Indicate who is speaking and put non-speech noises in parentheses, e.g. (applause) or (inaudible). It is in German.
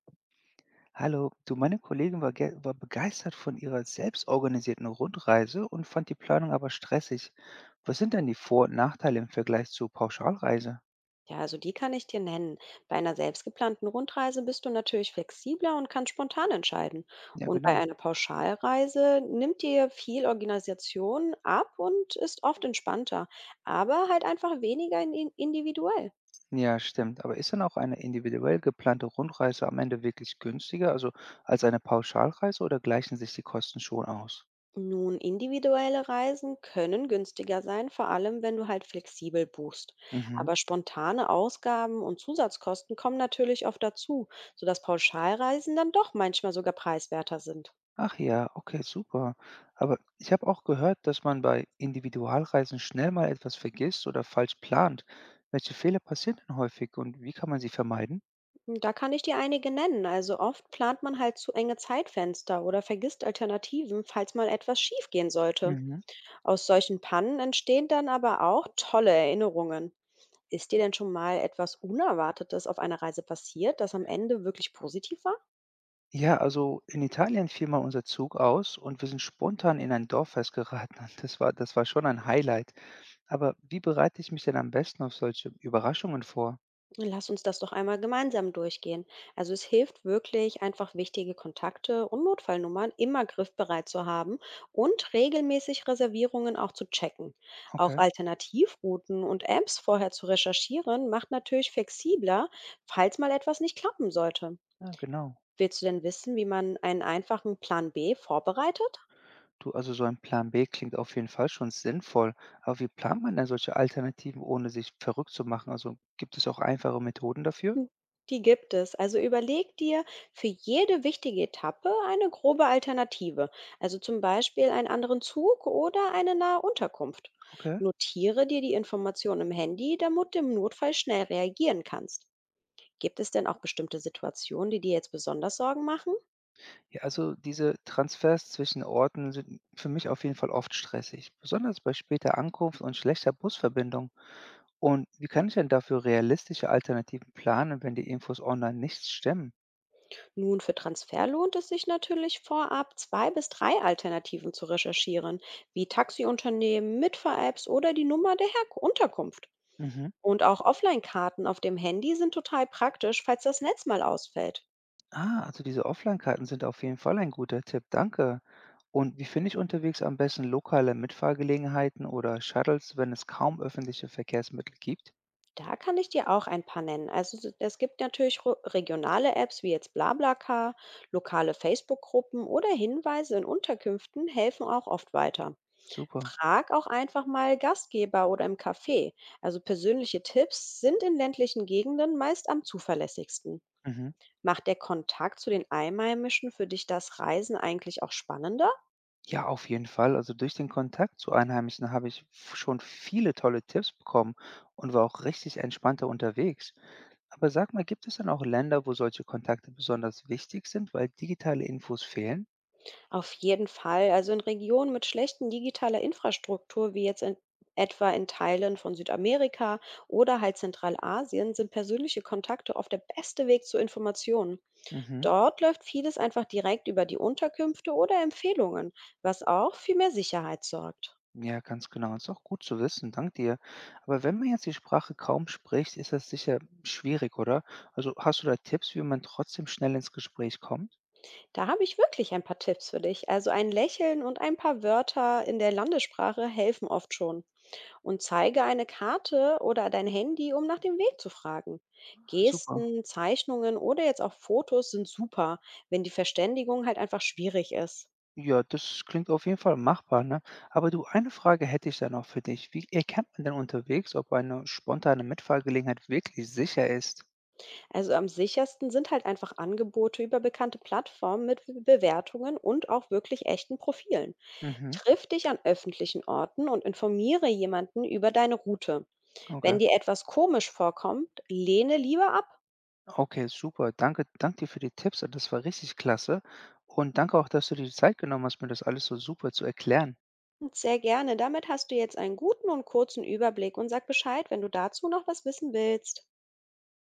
Speaker 1: Hallo, du, meine Kollegin war begeistert von ihrer selbstorganisierten Rundreise und fand die Planung aber stressig. Was sind denn die Vor- und Nachteile im Vergleich zur Pauschalreise?
Speaker 2: Ja, also die kann ich dir nennen. Bei einer selbstgeplanten Rundreise bist du natürlich flexibler und kannst spontan entscheiden.
Speaker 1: Ja,
Speaker 2: Und bei
Speaker 1: genau.
Speaker 2: einer Pauschalreise nimmt dir viel Organisation ab und ist oft entspannter, aber halt einfach weniger individuell.
Speaker 1: Ja, stimmt. Aber ist dann auch eine individuell geplante Rundreise am Ende wirklich günstiger, also als eine Pauschalreise, oder gleichen sich die Kosten schon aus?
Speaker 2: Nun, individuelle Reisen können günstiger sein, vor allem wenn du halt flexibel buchst.
Speaker 1: Mhm.
Speaker 2: Aber spontane Ausgaben und Zusatzkosten kommen natürlich oft dazu, sodass Pauschalreisen dann doch manchmal sogar preiswerter sind.
Speaker 1: Ach ja, okay, super. Aber ich habe auch gehört, dass man bei Individualreisen schnell mal etwas vergisst oder falsch plant. Welche Fehler passieren denn häufig und wie kann man sie vermeiden?
Speaker 2: Und Da kann ich dir einige nennen. Also oft plant man halt zu enge Zeitfenster oder vergisst Alternativen, falls mal etwas schiefgehen sollte.
Speaker 1: Mhm.
Speaker 2: Aus solchen Pannen entstehen dann aber auch tolle Erinnerungen. Ist dir denn schon mal etwas Unerwartetes auf einer Reise passiert, das am Ende wirklich positiv war?
Speaker 1: Ja, also in Italien fiel mal unser Zug aus und wir sind spontan in ein Dorf festgeraten. (laughs) Und das war schon ein Highlight. Aber wie bereite ich mich denn am besten auf solche Überraschungen vor?
Speaker 2: Lass uns das doch einmal gemeinsam durchgehen. Also es hilft wirklich, einfach wichtige Kontakte und Notfallnummern immer griffbereit zu haben und regelmäßig Reservierungen auch zu checken. Auch
Speaker 1: Okay,
Speaker 2: Alternativrouten und Apps vorher zu recherchieren, macht natürlich flexibler, falls mal etwas nicht klappen sollte.
Speaker 1: ja, genau.
Speaker 2: Willst du denn wissen, wie man einen einfachen Plan B vorbereitet?
Speaker 1: Du, also so ein Plan B klingt auf jeden Fall schon sinnvoll. Aber wie plant man denn solche Alternativen, ohne sich verrückt zu machen? Also gibt es auch einfache Methoden dafür?
Speaker 2: Hm, Die gibt es. Also überleg dir für jede wichtige Etappe eine grobe Alternative. Also zum Beispiel einen anderen Zug oder eine nahe Unterkunft.
Speaker 1: Okay.
Speaker 2: Notiere dir die Informationen im Handy, damit du im Notfall schnell reagieren kannst. Gibt es denn auch bestimmte Situationen, die dir jetzt besonders Sorgen machen?
Speaker 1: Ja, also diese Transfers zwischen Orten sind für mich auf jeden Fall oft stressig, besonders bei später Ankunft und schlechter Busverbindung. Und wie kann ich denn dafür realistische Alternativen planen, wenn die Infos online nicht stimmen?
Speaker 2: Nun, für Transfer lohnt es sich natürlich vorab, zwei bis drei Alternativen zu recherchieren, wie Taxiunternehmen, Mitfahr-Apps oder die Nummer der Herk Unterkunft.
Speaker 1: Mhm.
Speaker 2: Und auch Offline-Karten auf dem Handy sind total praktisch, falls das Netz mal ausfällt.
Speaker 1: Ah, also diese Offline-Karten sind auf jeden Fall ein guter Tipp, danke. Und wie finde ich unterwegs am besten lokale Mitfahrgelegenheiten oder Shuttles, wenn es kaum öffentliche Verkehrsmittel gibt?
Speaker 2: Da kann ich dir auch ein paar nennen. Also es gibt natürlich regionale Apps wie jetzt BlaBlaCar, lokale Facebook-Gruppen oder Hinweise in Unterkünften helfen auch oft weiter.
Speaker 1: Super.
Speaker 2: Frag auch einfach mal Gastgeber oder im Café. Also persönliche Tipps sind in ländlichen Gegenden meist am zuverlässigsten.
Speaker 1: Mhm.
Speaker 2: Macht der Kontakt zu den Einheimischen für dich das Reisen eigentlich auch spannender?
Speaker 1: Ja, auf jeden Fall. Also durch den Kontakt zu Einheimischen habe ich schon viele tolle Tipps bekommen und war auch richtig entspannter unterwegs. Aber sag mal, gibt es denn auch Länder, wo solche Kontakte besonders wichtig sind, weil digitale Infos fehlen?
Speaker 2: Auf jeden Fall. Also in Regionen mit schlechten digitaler Infrastruktur, wie jetzt in, etwa in Teilen von Südamerika oder halt Zentralasien, sind persönliche Kontakte oft der beste Weg zu Informationen.
Speaker 1: Mhm.
Speaker 2: Dort läuft vieles einfach direkt über die Unterkünfte oder Empfehlungen, was auch für mehr Sicherheit sorgt.
Speaker 1: Ja, ganz genau. Ist auch gut zu wissen, dank dir. Aber wenn man jetzt die Sprache kaum spricht, ist das sicher schwierig, oder? Also hast du da Tipps, wie man trotzdem schnell ins Gespräch kommt?
Speaker 2: Da habe ich wirklich ein paar Tipps für dich. Also ein Lächeln und ein paar Wörter in der Landessprache helfen oft schon, und zeige eine Karte oder dein Handy, um nach dem Weg zu fragen.
Speaker 1: Super.
Speaker 2: Gesten, Zeichnungen oder jetzt auch Fotos sind super, wenn die Verständigung halt einfach schwierig ist.
Speaker 1: Ja, das klingt auf jeden Fall machbar, ne? Aber du, eine Frage hätte ich dann auch für dich. Wie erkennt man denn unterwegs, ob eine spontane Mitfahrgelegenheit wirklich sicher ist?
Speaker 2: Also am sichersten sind halt einfach Angebote über bekannte Plattformen mit Bewertungen und auch wirklich echten Profilen.
Speaker 1: Mhm,
Speaker 2: Triff dich an öffentlichen Orten und informiere jemanden über deine Route. Wenn
Speaker 1: okay.
Speaker 2: dir etwas komisch vorkommt, lehne lieber ab.
Speaker 1: Okay, super. Danke dir für die Tipps. Das war richtig klasse. Und danke auch, dass du dir die Zeit genommen hast, mir das alles so super zu erklären.
Speaker 2: Sehr gerne. Damit hast du jetzt einen guten und kurzen Überblick, und sag Bescheid, wenn du dazu noch was wissen willst.